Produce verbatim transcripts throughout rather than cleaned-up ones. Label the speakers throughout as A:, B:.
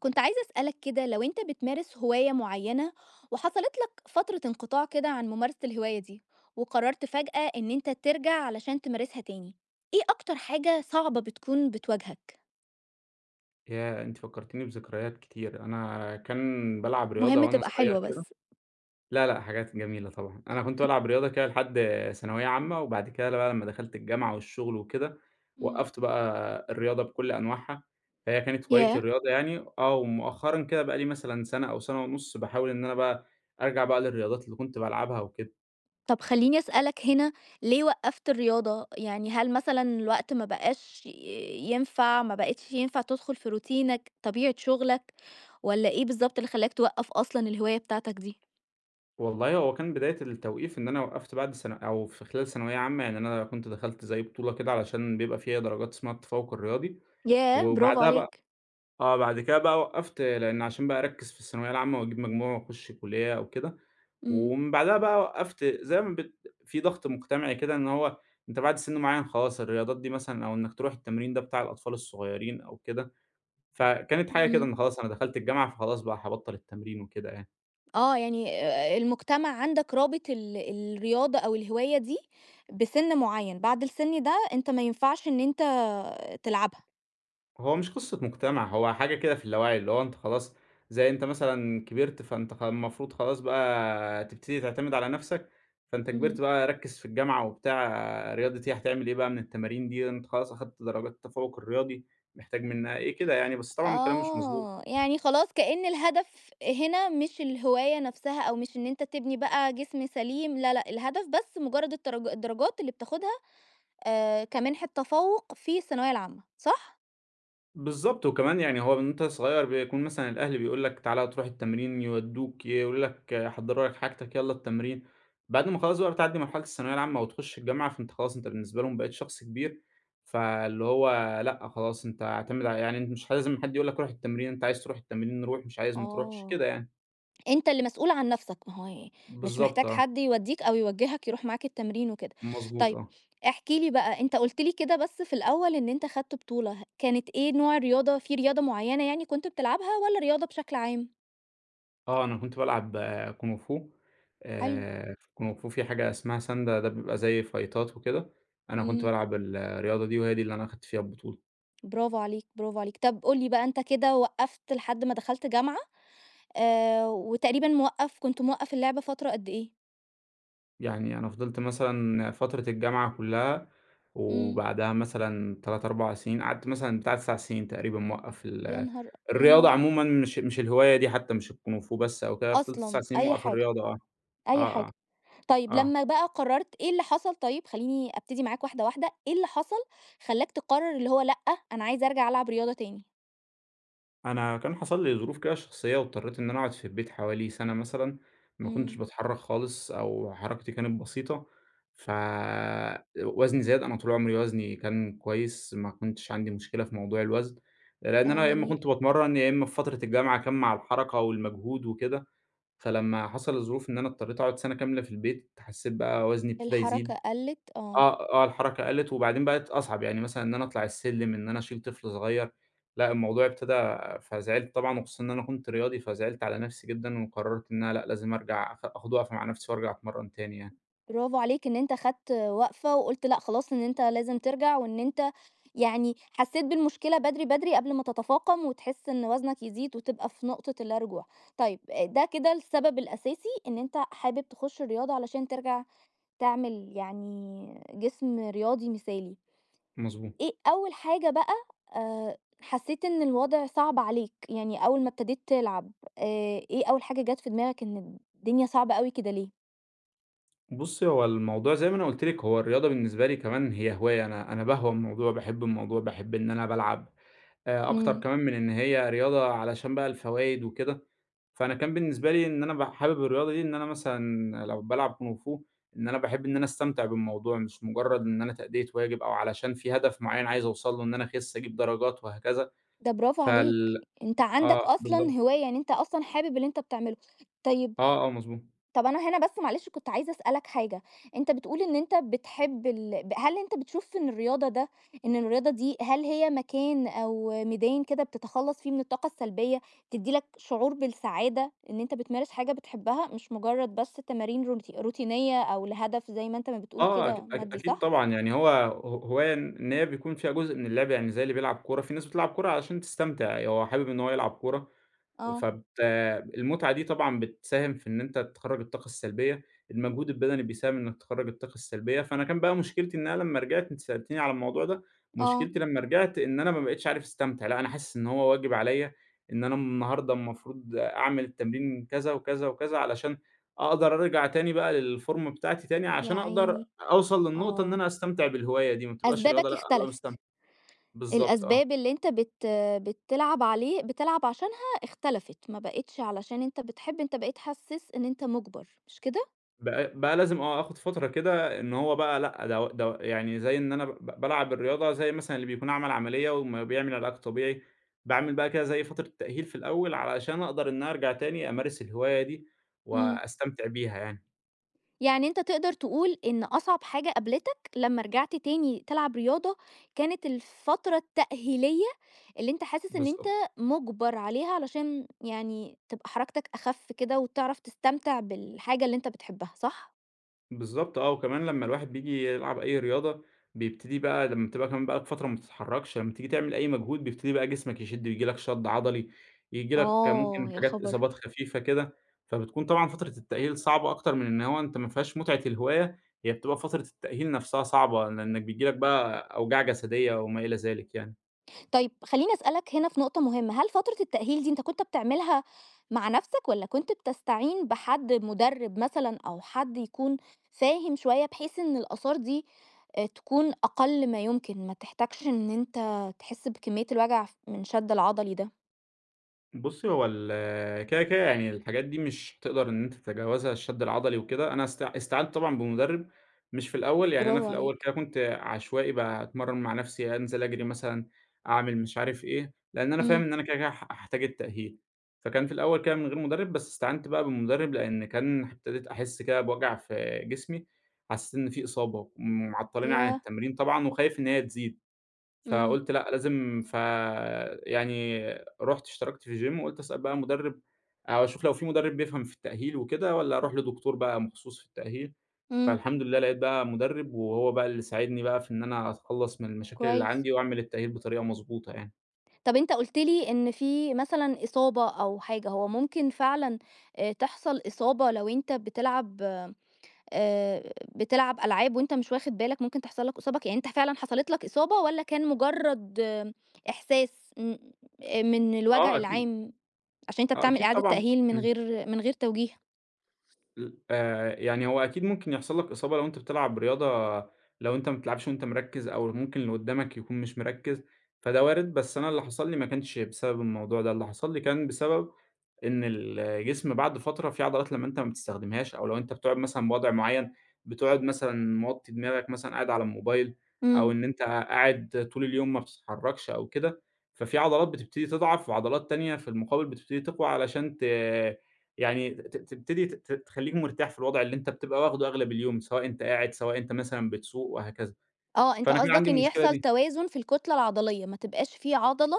A: كنت عايزة أسألك كده لو أنت بتمارس هواية معينة وحصلت لك فترة انقطاع كده عن ممارسة الهواية دي وقررت فجأة إن أنت ترجع علشان تمارسها تاني، إيه أكتر حاجة صعبة بتكون بتواجهك؟
B: ياه! أنتِ فكّرتيني بذكريات كتير. أنا كان بالعب رياضة
A: مهم
B: وأنا
A: تبقى
B: صغير
A: حلوة
B: كده.
A: بس.
B: لا، لأ، حاجات جميلة طبعًا. أنا كنت بالعب رياضة كده لحد ثانوية عامة، وبعد كده بقى لمّا دخلت الجامعة والشغل وكده،
A: مم.
B: وقّفت بقى الرياضة بكل أنواعها. فهي كانت هوايتي
A: ياه،
B: الرياضة يعني، آه، ومؤخرًا كده بقى لي مثلًا سنة أو سنة ونُص باحاول إن أنا بقى أرجع بقى للرياضات اللي كنت بالعبها وكده.
A: طب خليني أسألك هنا، ليه وقفت الرياضة؟ يعني هل مثلا الوقت ما بقاش ي- ينفع، ما بقتش ينفع تدخل في روتينك طبيعة شغلك، ولا إيه بالظبط اللي خلاك توقف أصلا الهواية بتاعتك دي؟
B: والله هو كان بداية التوقيف إن أنا وقّفت بعد ثان أو في خلال ثانوية عامة، يعني أنا كنت دخلت زي بطولة كده علشان بيبقى فيها درجات اسمها التفوّق الرياضي.
A: ياه، برافو
B: وبعدها بقى
A: عليك.
B: آه، بعد كده بقى وقّفت لإن عشان بقى أركّز في الثانوية العامة وأجيب مجموع وأخُش كُلّية أو كده، ومن بعدها بقى وقّفت زي ما بت في ضغط مجتمعي كده إن هو أنت بعد سِن معيّن خلاص الرياضات دي مثلًا أو إنّك تروح التمرين ده بتاع الأطفال الصغيّرين أو كده، فكانت حاجة كده
A: إمم.
B: إن خلاص أنا دخلت الجامعة فخلاص بقى هابطّل التمرين وكده يعني.
A: آه، يعني آآ المجتمع عندك رابط ال الرياضة أو الهواية دي بسِن معيّن، بعد السِن ده أنت ما ينفعش إن أنت تلعبها.
B: هو مش قصة مجتمع، هو حاجة كده في اللاوعي، اللي هو أنت خلاص زي أنت مثلًا كبرت، فأنت خ المفروض خلاص بقى تبتدي تعتمد على نَفْسك، فأنت كبرت
A: إمم.
B: بقى ركّز في الجامعة وبتاع، رياضة إيه، هتعمل إيه بقى من التمارين دي، أنت خلاص أخدت درجات التفوّق الرياضي، محتاج منّها إيه، كده يعني، بس طبعًا الكلام مش مضبوط.
A: آه، يعني خلاص كأن الهدف هنا مش الهواية نَفْسها أو مش إن أنت تبني بقى جسم سليم، لا، لأ، الهدف بس مُجرّد الترج الدرجات اللي بتاخدها، آآ كمنح التفوُق في الثانوية العامة، صح؟
B: بالضبط، وكمان يعني هو من وأنت صغير بيكون مثلًا الأهل بيقول لك تعالَ تروح التمرين، يودّوك، يقولوا لك حضّروا لك حاجتك يالّا التمرين، بعد ما خلاص بقى بتعدّي مرحلة الثانوية العامة وتخش الجامعة، فأنت خلاص أنت بالنسبة لهم بقيت شخص كبير، فاللي هو لأ خلاص أنت اعتمد ع يعني أنت مش لازم حد يقول لك روح التمرين، أنت عايز تروح التمرين روح، مش عايز ما تروحش،
A: آه.
B: كده يعني.
A: أنت اللي مسؤول عن نفسك، ما هو يعني مش
B: بالضبط
A: محتاج
B: آه،
A: حد يودّيك أو يوجّهك يروح معاك التمرين وكده.
B: مضبوط
A: طيب
B: آه.
A: احكِ لي بقى، أنت قُلت لي كده بس في الأول إن أنت خدت بطولة، كانت إيه نوع الرياضة، في رياضة معيّنة يعني كنت بتلعبها والّا رياضة بشكل عام؟
B: آه، أنا كنت بالعب كونغ فو،
A: حلو.
B: آآ في الكونغ فو في حاجة اسمها ساندة، ده بيبقى زي فايتات وكده. أنا كنت
A: إمم.
B: بالعب ال الرياضة دي وهي دي اللي أنا أخدت فيها البطولة.
A: برافو عليك، برافو عليك. طب قُل لي بقى، أنت كده وقّفت لحد ما دخلت جامعة، آآ، وتقريبًا موقّف كنت موقّف اللعبة فترة قد إيه؟
B: يعني أنا فضلت مثلًا فترة الجامعة كلها
A: إمم.
B: وبعدها مثلًا ثلاث، أربعة سنين، قعدت مثلًا بتاع تسع سنين تقريبًا موقّف
A: يا
B: ال
A: نهار! يا
B: الرياضة
A: نهار!
B: عمومًا، مش مش الهواية دي حتى مش الكونغ فو بس أو كده، فضلت تسعة
A: أصلًا
B: سنين
A: أي
B: موقّف
A: حاجة،
B: الرياضة آه،
A: أي
B: آه، آه،
A: حاجة. طيب
B: آه.
A: لمّا بقى قررت، إيه اللي حصل طيب؟ خلّيني أبتدي معاك واحدة، واحدة، إيه اللي حصل خلّاك تقرر اللي هو لأ، أنا عايز أرجع ألعب رياضة تاني؟
B: أنا كان حصل لي ظروف كده شخصية واضطريت إن أنا أقعد في البيت حوالي سنة مثلًا، ما كنتش
A: إمم.
B: باتحرك خالص أو حركتي كانت بسيطة، ف وزني زاد. أنا طول عمري وزني كان كويس، ما كنتش عندي مشكلة في موضوع الوزن، لأن أنا
A: آه،
B: يا إما
A: جميل.
B: كنت باتمرن يا إما في فترة الجامعة كان مع الحركة والمجهود وكده، فلما حصل الظروف إن أنا اضطريت أقعد سنة كاملة في البيت، حسيت بقى وزني ابتدى
A: الحركة
B: يزيد.
A: قَلِّت، آه.
B: آه، آه، الحركة قَلِّت وبعدين بقت أصعب، يعني مثلًا إن أنا أطلع السلِّم، إن أنا أشيل طفل صغير، لأ الموضوع ابتدى. فزعلت طبعًا وخصوصًا إن أنا كنت رياضي، فزعلت على نَفْسي جدًا وقرّرت إن أنا لأ، لازم أرجع آخ آخُد وقفة مع نَفْسي وأرجع أتمرّن تاني يعني.
A: برافو عليك إن أنت خدت وقفة وقُلت لأ خلاص إن أنت لازم ترجع، وإن أنت يعني حسيت بالمشكلة بدري، بدري قبل ما تتفاقم وتحس إن وزنك يزيد وتبقى في نقطة اللا رجوع. طيب ده كده السبب الأساسي إن أنت حابب تخش الرياضة علشان ترجع تعمل يعني جسم رياضي مثالي.
B: مضبوط.
A: إيه أول حاجة بقى آآ حسّيت إن الوضع صعب عليك، يعني أول ما ابتديت تلعب، آآ إيه أول حاجة جات في دماغك إن الدنيا صعبة أوي كده ليه؟
B: بُصّي، هو الموضوع زي ما أنا قُلت لِك، هو الرياضة بالنسبة لي كمان هي هواية. أنا أنا باهوى الموضوع، باحب الموضوع، باحب إن أنا بالعب. آآ أكتر
A: إمم.
B: كمان من إن هي رياضة علشان بقى الفوايد وكده، فأنا كان بالنسبة لي إن أنا ب حابب الرياضة دي إن أنا مثلًا لو بالعب كونغ فو، إن أنا باحب إن أنا أستمتع بالموضوع، مش مجرد إن أنا تأدية واجب أو علشان في هدف معيّن عايز أوصل له إن أنا أخس، أجيب درجات وهكذا.
A: ده برافو عليك،
B: فال
A: أنت عندك
B: آه
A: أصلًا
B: بالضبط،
A: هواية، يعني أنت أصلًا حابب اللي أنت بتعمله. طيب
B: آه، آه مضبوط.
A: طب أنا هنا بس معلش كنت عايزة أسألك حاجة، أنت بتقول إن أنت بتحب ال ب هل أنت بتشوف إن الرياضة ده إن الرياضة دي هل هي مكان أو ميدان كده بتتخلّص فيه من الطاقة السلبية، تدّي لك شعور بالسعادة إن أنت بتمارس حاجة بتحبها، مش مجرد بس تمارين روتي روتينية أو لهدف زي ما أنت ما بتقول
B: آه
A: كده
B: أك أك
A: مادي،
B: أكيد
A: صح؟
B: طبعًا، يعني هو ه هواية إن إن هي بيكون فيها جزء من اللعب، يعني زي اللي بيلعب كورة، في ناس بتلعب كورة علشان تستمتع، هو حابب إن هو يلعب كورة.
A: آه،
B: فبت المتعة دي طبعًا بتساهم في إن أنت تخرّج الطاقة السلبية، المجهود البدني بيساهم إنك تخرّج الطاقة السلبية، فأنا كان بقى مشكلتي إن أنا لمّا رجعت أنتِ سألتيني على الموضوع ده،
A: آه،
B: مشكلتي لمّا رجعت إن أنا ما بقيتش عارف أستمتع، لأ أنا حاسس إن هو واجب عليَّ إن أنا النهارده المفروض أعمل التمرين كذا وكذا وكذا علشان أقدر أرجع تاني بقى للفورمة بتاعتي تاني،
A: يا
B: عشان أقدر
A: عيني،
B: أوصل للنقطة إن
A: آه.
B: أنا أستمتع بالهواية دي، ما تبقاش رياضة
A: أسبابك
B: لأ أبقى
A: اختلفت.
B: مستمتع. بالضبط آه.
A: الأسباب اللي أنت بت بتلعب عليه بتلعب عشانها اختلفت، ما بقِتش علشان أنت بتحب، أنت بقيت حاسس إن أنت مُجبَر، مش كده؟
B: بقى بقى لازم آه، آخد فترة كده إن هو بقى لأ ده ده يعني زي إن أنا ب بالعب الرياضة زي مثلًا اللي بيكون عمل عملية وما بيعمل علاج طبيعي، باعمل بقى كده زي فترة تأهيل في الأول علشان أقدر إن أنا أرجع تاني أمارس الهواية دي
A: إمم.
B: وأستمتع بيها يعني.
A: يعني أنت تقدر تقول إن أصعب حاجة قابلتك لمّا رجعت تاني تلعب رياضة، كانت الفترة التأهيلية اللي أنت حاسس إن أنت
B: بالضبط.
A: مُجبَر عليها علشان يعني تبقى حركتك أخف كده وتعرف تستمتع بالحاجة اللي أنت بتحبها، صح؟
B: بالضبط آه، وكمان لمّا الواحد بييجي يلعب أي رياضة، بيبتدي بقى لمّا بتبقى كمان بقى لك فترة ما بتتحركش، لمّا تيجي تعمل أي مجهود بيبتدي بقى جسمك يشد وييجي لك شد عضلي، ييجي لك ممكن
A: آه، يا
B: حاجات
A: خبر!
B: إصابات خفيفة كده، فبتكون طبعًا فترة التأهيل صعبة أكتر من إن هو أنت ما فيهاش متعة الهواية، هي بتبقى فترة التأهيل نفسها صعبة، لإنك بييجي لك بقى أوجاع جسدية وما إلى ذلك يعني.
A: طيب خلّيني أسألك هنا في نقطة مهمة، هل فترة التأهيل دي أنت كنت بتعملها مع نَفْسك والّا كنت بتستعين بحد مُدرِّب مثلًا أو حد يكون فاهم شوية بحيث إن الآثار دي آآ تكون أقل ما يمكن، ما تحتاجش إن أنت تحس بكمية الوجع ف من الشَد العضلي ده؟
B: بُصّي، هو ال كده، كده يعني الحاجات دي مش هتقدر إن أنت تتجاوزها الشد العضلي وكده. أنا است استعنت طبعًا بمدرب. مش في الأول، يعني أنا
A: برافو
B: في الأول
A: عليك.
B: كده كنت عشوائي باتمرن مع نفسي، أنزل أجري مثلًا، أعمل مش عارف إيه، لأن أنا فاهم
A: إمم.
B: إن أنا كده، كده ه هاحتاج التأهيل، فكان في الأول كده من غير مدرب، بس استعنت بقى بمدرب لأن كان ابتديت أحس كده بوجع في جسمي، حسيت إن في إصابة، ومعطليني عن
A: ياه!
B: التمرين طبعًا وخايف إن هي تزيد.
A: إمم.
B: فقُلت لأ لازم ف يعني رُحت اشتركت في gym وقُلت أسأل بقى مُدرِّب أو أشوف لو في مُدرِّب بيفهم في التأهيل وكده والّا أروح لدكتور بقى مخصوص في التأهيل،
A: إمم.
B: فالحمد لله لقيت بقى مُدرِّب وهو بقى اللي ساعدني بقى في إن أنا أتخلّص من المشاكل اللي
A: كويس.
B: عندي وأعمل التأهيل بطريقة مضبوطة يعني.
A: طَب أنت قُلت لي إن في مثلًا إصابة أو حاجة، هو ممكن فعلًا آآ تحصل إصابة لو أنت بتلعب آآ بتلعب ألعاب وأنت مش واخد بالك ممكن تحصل لك إصابة، ك يعني أنت فعلًا حصلت لك إصابة والّا كان مجرد آه، إحساس م آه، من
B: آه
A: الوجع
B: أكيد،
A: العام عشان أنت
B: آه
A: بتعمل
B: أكيد
A: إعادة
B: طبعًا.
A: تأهيل من
B: إمم.
A: غير من غير توجيه؟
B: ل آآ، يعني هو أكيد ممكن يحصل لك إصابة لو أنت بتلعب رياضة لو أنت ما بتلعبش وأنت مركّز، أو ممكن اللي قدّامك يكون مش مركّز، فده وارد. بس أنا اللي حصل لي ما كانش بسبب الموضوع ده، اللي حصل لي كان بسبب إن الجسم بعد فترة في عضلات لمّا أنت ما بتستخدمهاش، أو لو أنت بتقعد مثلًا بوضع معيّن، بتقعد مثلًا موطّي دماغك مثلًا قاعد على الموبايل، أو
A: إمم.
B: إن أنت قاعد طول اليوم ما بتتحركش أو كده، ففي عضلات بتبتدي تضعف، وعضلات تانية في المقابل بتبتدي تقوى علشان ت يعني ت تبتدي ت تخلّيك مرتاح في الوضع اللي أنت بتبقى واخده أغلب اليوم، سواء أنت قاعد، سواء أنت مثلًا بتسوق وهكذا.
A: آه، أنت
B: فأنا كان
A: قصدك
B: عندي
A: إن
B: المشكلة
A: يحصل
B: دي،
A: توازن في الكتلة العضلية، ما تبقاش في عضلة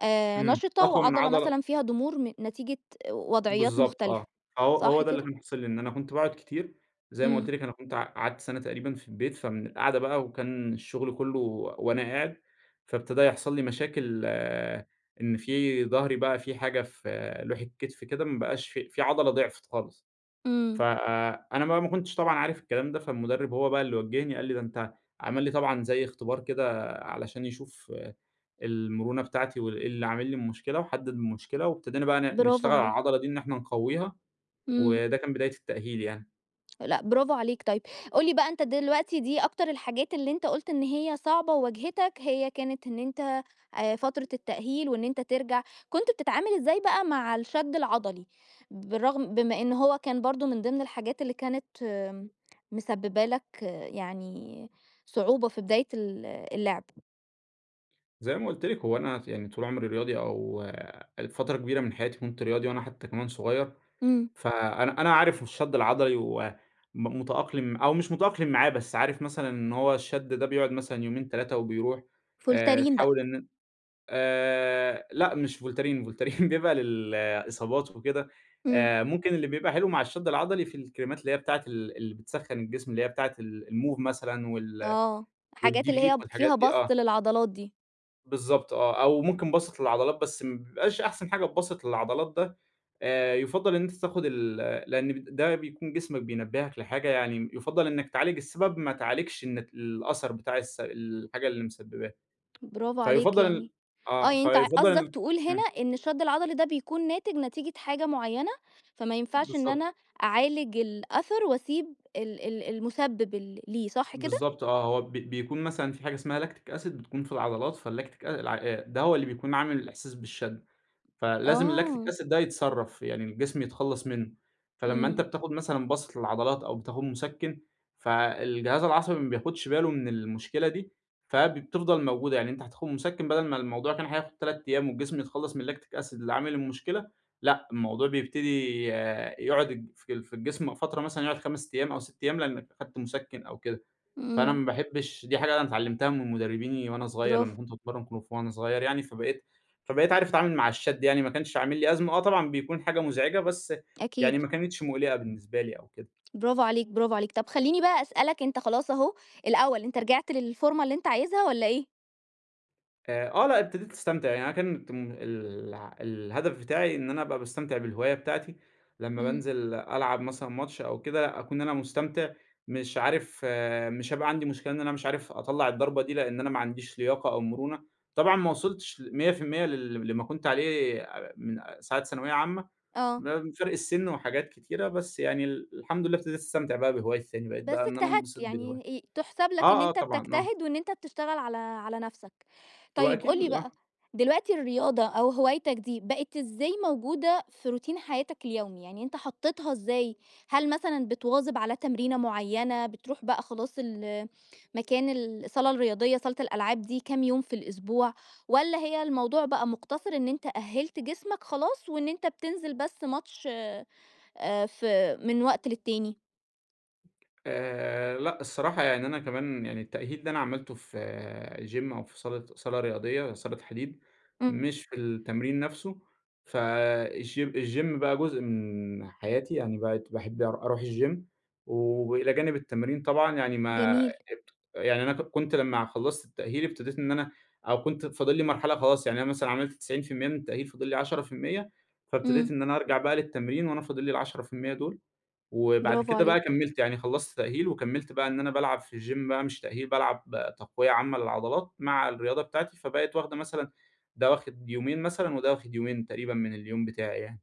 A: آآ
B: إمم،
A: نشطة
B: أقوى من
A: وعضلة
B: عضلة.
A: مثلًا فيها ضمور م نتيجة وضعيات
B: بالضبط آه،
A: مختلفة،
B: هو هو
A: صح
B: ده اللي
A: كده؟
B: كان حاصل لي، إن أنا كنت باقعد كتير، زي ما قُلت
A: إمم.
B: لِك أنا كنت ق قعدت سَنة تقريبًا في البيت، فمن القعدة بقى وكان الشغل كله وأنا قاعد، فابتدى يحصل لي مشاكل آه، إن في ضهري بقى في حاجة في آه، لوحة كتفي كده ما بقاش في في عضلة ضِعفت خالص.
A: إمم.
B: فأنا بقى ما كنتش طبعًا عارف الكلام ده، فالمدرب هو بقى اللي وجّهني قال لي: "ده أنت". عمل لي طبعًا زي اختبار كده علشان يشوف آه، المرونة بتاعتي وإيه اللي عامل لي المشكلة، وحدد المشكلة، وابتدينا بقى ن
A: برافو
B: نشتغل على
A: عليك.
B: العضلة دي إن إحنا نقويها،
A: إمم.
B: وده كان بداية التأهيل يعني.
A: لأ، برافو عليك. طيب، قُل لي بقى أنت دلوقتي دي أكتر الحاجات اللي أنت قُلت إن هي صعبة وواجهتك، هي كانت إن أنت، آآ فترة التأهيل وإن أنت ترجع، كنت بتتعامل إزاي بقى مع الشد العضلي؟ بالرغم بما إن هو كان برضه من ضمن الحاجات اللي كانت، آمم، مسببة لك، آه، يعني صعوبة في بداية ال اللعب.
B: زي ما قُلت لك هو أنا يعني طول عمري رياضي أو آه، فترة كبيرة من حياتي كنت رياضي وأنا حتى كمان صغير.
A: إمم.
B: فأنا أنا عارف الشد العضلي وم متأقلم أو مش متأقلم معاه، بس عارف مثلًا إن هو الشد ده بيقعد مثلًا يومين ثلاثة وبيروح. آآ
A: فولترين بقى.
B: تحاول إن آآ لأ مش فولتارين، فولتارين بيبقى للإصابات وكده.
A: إمم.
B: آآ ممكن اللي بيبقى حلو مع الشد العضلي في الكريمات اللي هي بتاعة ال اللي بتسخّن الجسم، اللي هي بتاعة ال الMove مثلًا وال
A: آه. حاجات
B: والDeep
A: اللي
B: Heat
A: هي
B: والحاجات
A: فيها
B: دي آه.
A: بَسْط للعضلات دي.
B: بالضبط آه، أو ممكن باسط للعضلات بس ما بيبقاش أحسن حاجة الباسط للعضلات ده. آآ يُفضّل إن أنت تاخد ال لأن ب ده بيكون جسمك بينبّهك لحاجة يعني يُفضّل إنك تعالج السبب ما تعالجش النت الأثر بتاع الس الحاجة اللي مسبباها،
A: برافو عليك
B: فيُفضّل ال
A: يعني. آه،
B: آه،
A: يعني أنت ع
B: فيُفضّل
A: قصدك
B: إنك
A: تقول هنا
B: إمم،
A: إن الشد العضلي ده بيكون ناتج نتيجة حاجة معيّنة، فما ينفعش إن
B: بالضبط،
A: أنا أعالج الأثر وأسيب ال ال المسبب ال ليه، صح كده؟
B: بالضبط آه، هو بي بيكون مثلًا في حاجة اسمها lactic acid بتكون في العضلات. فالlactic أ الع آآ ده هو اللي بيكون عامل الإحساس بالشد. فلازم اللاكتيك
A: آه،
B: أسيد ده يتصرّف، يعني الجسم يتخلّص منه. فلمّا أنت
A: إمم،
B: بتاخد مثلًا باسط للعضلات أو بتاخد مسكِّن، فالجهاز العصبي ما بياخدش باله من المشكلة دي، فبتفضل موجودة، يعني أنت هتاخد مسكِّن بدل ما الموضوع كان هياخد تلات أيام والجسم يتخلّص من اللاكتيك أسيد اللي عامل المشكلة، لأ الموضوع بيبتدي آه، يقعد الج في الجسم فترة مثلًا يقعد خمسة أيام أو ست أيام لإنك أخدت مسكِّن أو كده. فأنا
A: إمم،
B: ما باحبش، دي حاجة أنا اتعلمتها من مدربيني وأنا صغير
A: برافو،
B: لمّا كنت باتمرّن كونغ فو وأنا صغير يعني، فبقيت فبقيت عارف أتعامل مع الشد يعني، ما كانش عامل لي أزمة. آه طبعًا بيكون حاجة مزعجة، بس يعني
A: أكيد،
B: ما كانتش مُقلقة بالنسبة لي أو كده.
A: برافو عليك، برافو عليك. طب خلّيني بقى أسألك، أنت خلاص أهو الأول أنت رجعت للفورمة اللي أنت عايزها والّا إيه؟
B: آآ، آه، لأ ابتديت أستمتع، يعني أنا كانت م الع الهدف بتاعي إن أنا أبقى باستمتع بالهواية بتاعتي، لمّا
A: إمم.
B: بانزل ألعب مثلًا ماتش أو كده لا أكون أنا مستمتع، مش عارف آه، مش هابقى عندي مشكلة إن أنا مش عارف أطلّع الضربة دي، لإن أنا ما عنديش لياقة أو مرونة. طبعًا ما وصلتش مية في المية لل لما كنت عليه آآ، من ساعة ثانوية عامة.
A: آه.
B: ب فرق السن وحاجات كتيرة، بس يعني ال الحمد لله ابتديت أستمتع بقى بهوايتي تاني، بقيت
A: بس
B: بقى إن أنا
A: اجتهدت،
B: انبسط
A: يعني
B: بالهواية.
A: ي تُحسَب لك إن
B: آه، آه،
A: أنت
B: طبعًا، آه،
A: بتجتهد وإن أنت بتشتغل على على نَفْسك.
B: هو
A: طيب قُل
B: أكيد
A: لي
B: آه.
A: بقى، دلوقتي الرياضة أو هوايتك دي بقت إزاي موجودة في روتين حياتك اليومي؟ يعني أنت حطّيتها إزاي؟ هل مثلًا بتواظب على تمرينة معيّنة، بتروح بقى خلاص ال مكان الصالة الرياضية، صالة الألعاب دي كام يوم في الأسبوع، والّا هي الموضوع بقى مُقتصِر إن أنت أهِّلت جسمك خلاص وإن أنت بتنزل بس ماتش آآ في من وقت للتاني؟
B: آآ لأ، الصراحة يعني أنا كمان يعني التأهيل ده أنا عملته في gym أو في صالة صالة رياضية، صالة حديد،
A: إمم،
B: مش في التمرين نفسه. فالج الgym بقى جزء من حياتي، يعني بقيت باحب أر أروح الgym وإلى جانب التمرين طبعًا يعني ما
A: جميل.
B: ابت يعني أنا ك كنت لمّا خلّصت التأهيل ابتديت إن أنا أو كنت فاضل لي مرحلة خلاص، يعني أنا مثلًا عملت تسعين في المية من التأهيل فاضل لي عشرة في المية،
A: إمم،
B: فابتديت إن أنا أرجع بقى للتمرين وأنا فاضل لي ال10% دول. وبعد
A: برافو
B: كده بقى
A: عليك.
B: كمّلت، يعني خلّصت تأهيل وكمّلت بقى إن أنا بالعب في الgym بقى مش تأهيل، بالعب تقوية عامة للعضلات مع الرياضة بتاعتي، فبقِت واخدة مثلًا ده واخد يومين مثلًا وده واخد يومين تقريبًا من اليوم بتاعي يعني.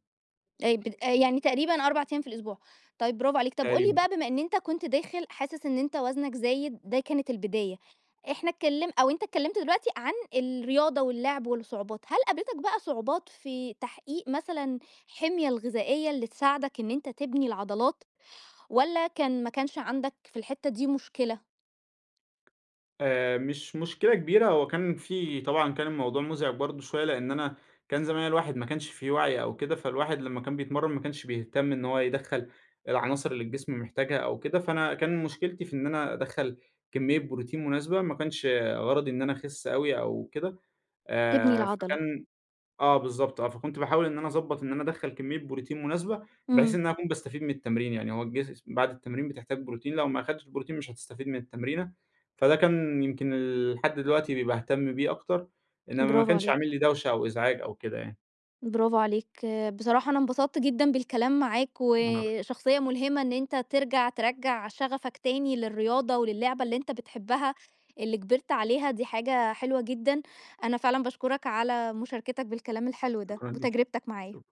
A: آآ ب آآ يعني تقريبًا أربعة أيام في الأسبوع. طيب برافو عليك. طب قُل لي
B: تقريبًا.
A: بقى، بما إن أنت كنت داخل حاسس إن أنت وزنك زايد، ده كانت البداية. إحنا اتكلم أو أنت اتكلمت دلوقتي عن الرياضة واللعب والصعوبات، هل قابلتك بقى صعوبات في تحقيق مثلًا حمية الغذائية اللي تساعدك إن أنت تبني العضلات، والّا كان ما كانش عندك في الحتّة دي مشكلة
B: آآ مش مشكلة كبيرة، هو كان في طبعًا كان الموضوع مُزعج برضه شوية، لإن أنا كان زمان الواحد ما كانش فيه وعي أو كده، فالواحد لمّا كان بيتمرّن ما كانش بيهتم إن هو يدخّل العناصر اللي الجسم محتاجها أو كده، فأنا كان مشكلتي في إن أنا أدخّل كمية بروتين مناسبة، ما كانش غرضي إن أنا أخِس أوي أو كده.
A: تبني
B: آآ
A: العضلة؟
B: فكان آه بالضبط آه، فكنت باحاول إن أنا أضبّط إن أنا أدخّل كمية بروتين مناسبة، بحيث
A: إمم.
B: إن أنا أكون باستفيد من التمرين، يعني هو الجس بعد التمرين بتحتاج بروتين، لو ما أخدتش بروتين مش هتستفيد من التمرينة، فده كان يمكن ال لحد دلوقتي بيبقى باهتم بيه أكتر، إنما ما
A: برافو
B: كانش عامل
A: عليك.
B: لي دوشة أو إزعاج أو كده يعني،
A: برافو عليك، بصراحة أنا انبسطت جدًا بالكلام معاك،
B: أنا أكتر،
A: وشخصية ملهمة إن أنت ترجع ترجّع شغفك تاني للرياضة وللعبة اللي أنت بتحبها، اللي كبرت عليها دي حاجة حلوة جدًا، أنا فعلًا باشكرك على مشاركتك بالكلام الحلو ده،
B: شكرًا ليكِ،
A: وتجربتك
B: شكرًا.
A: معايا.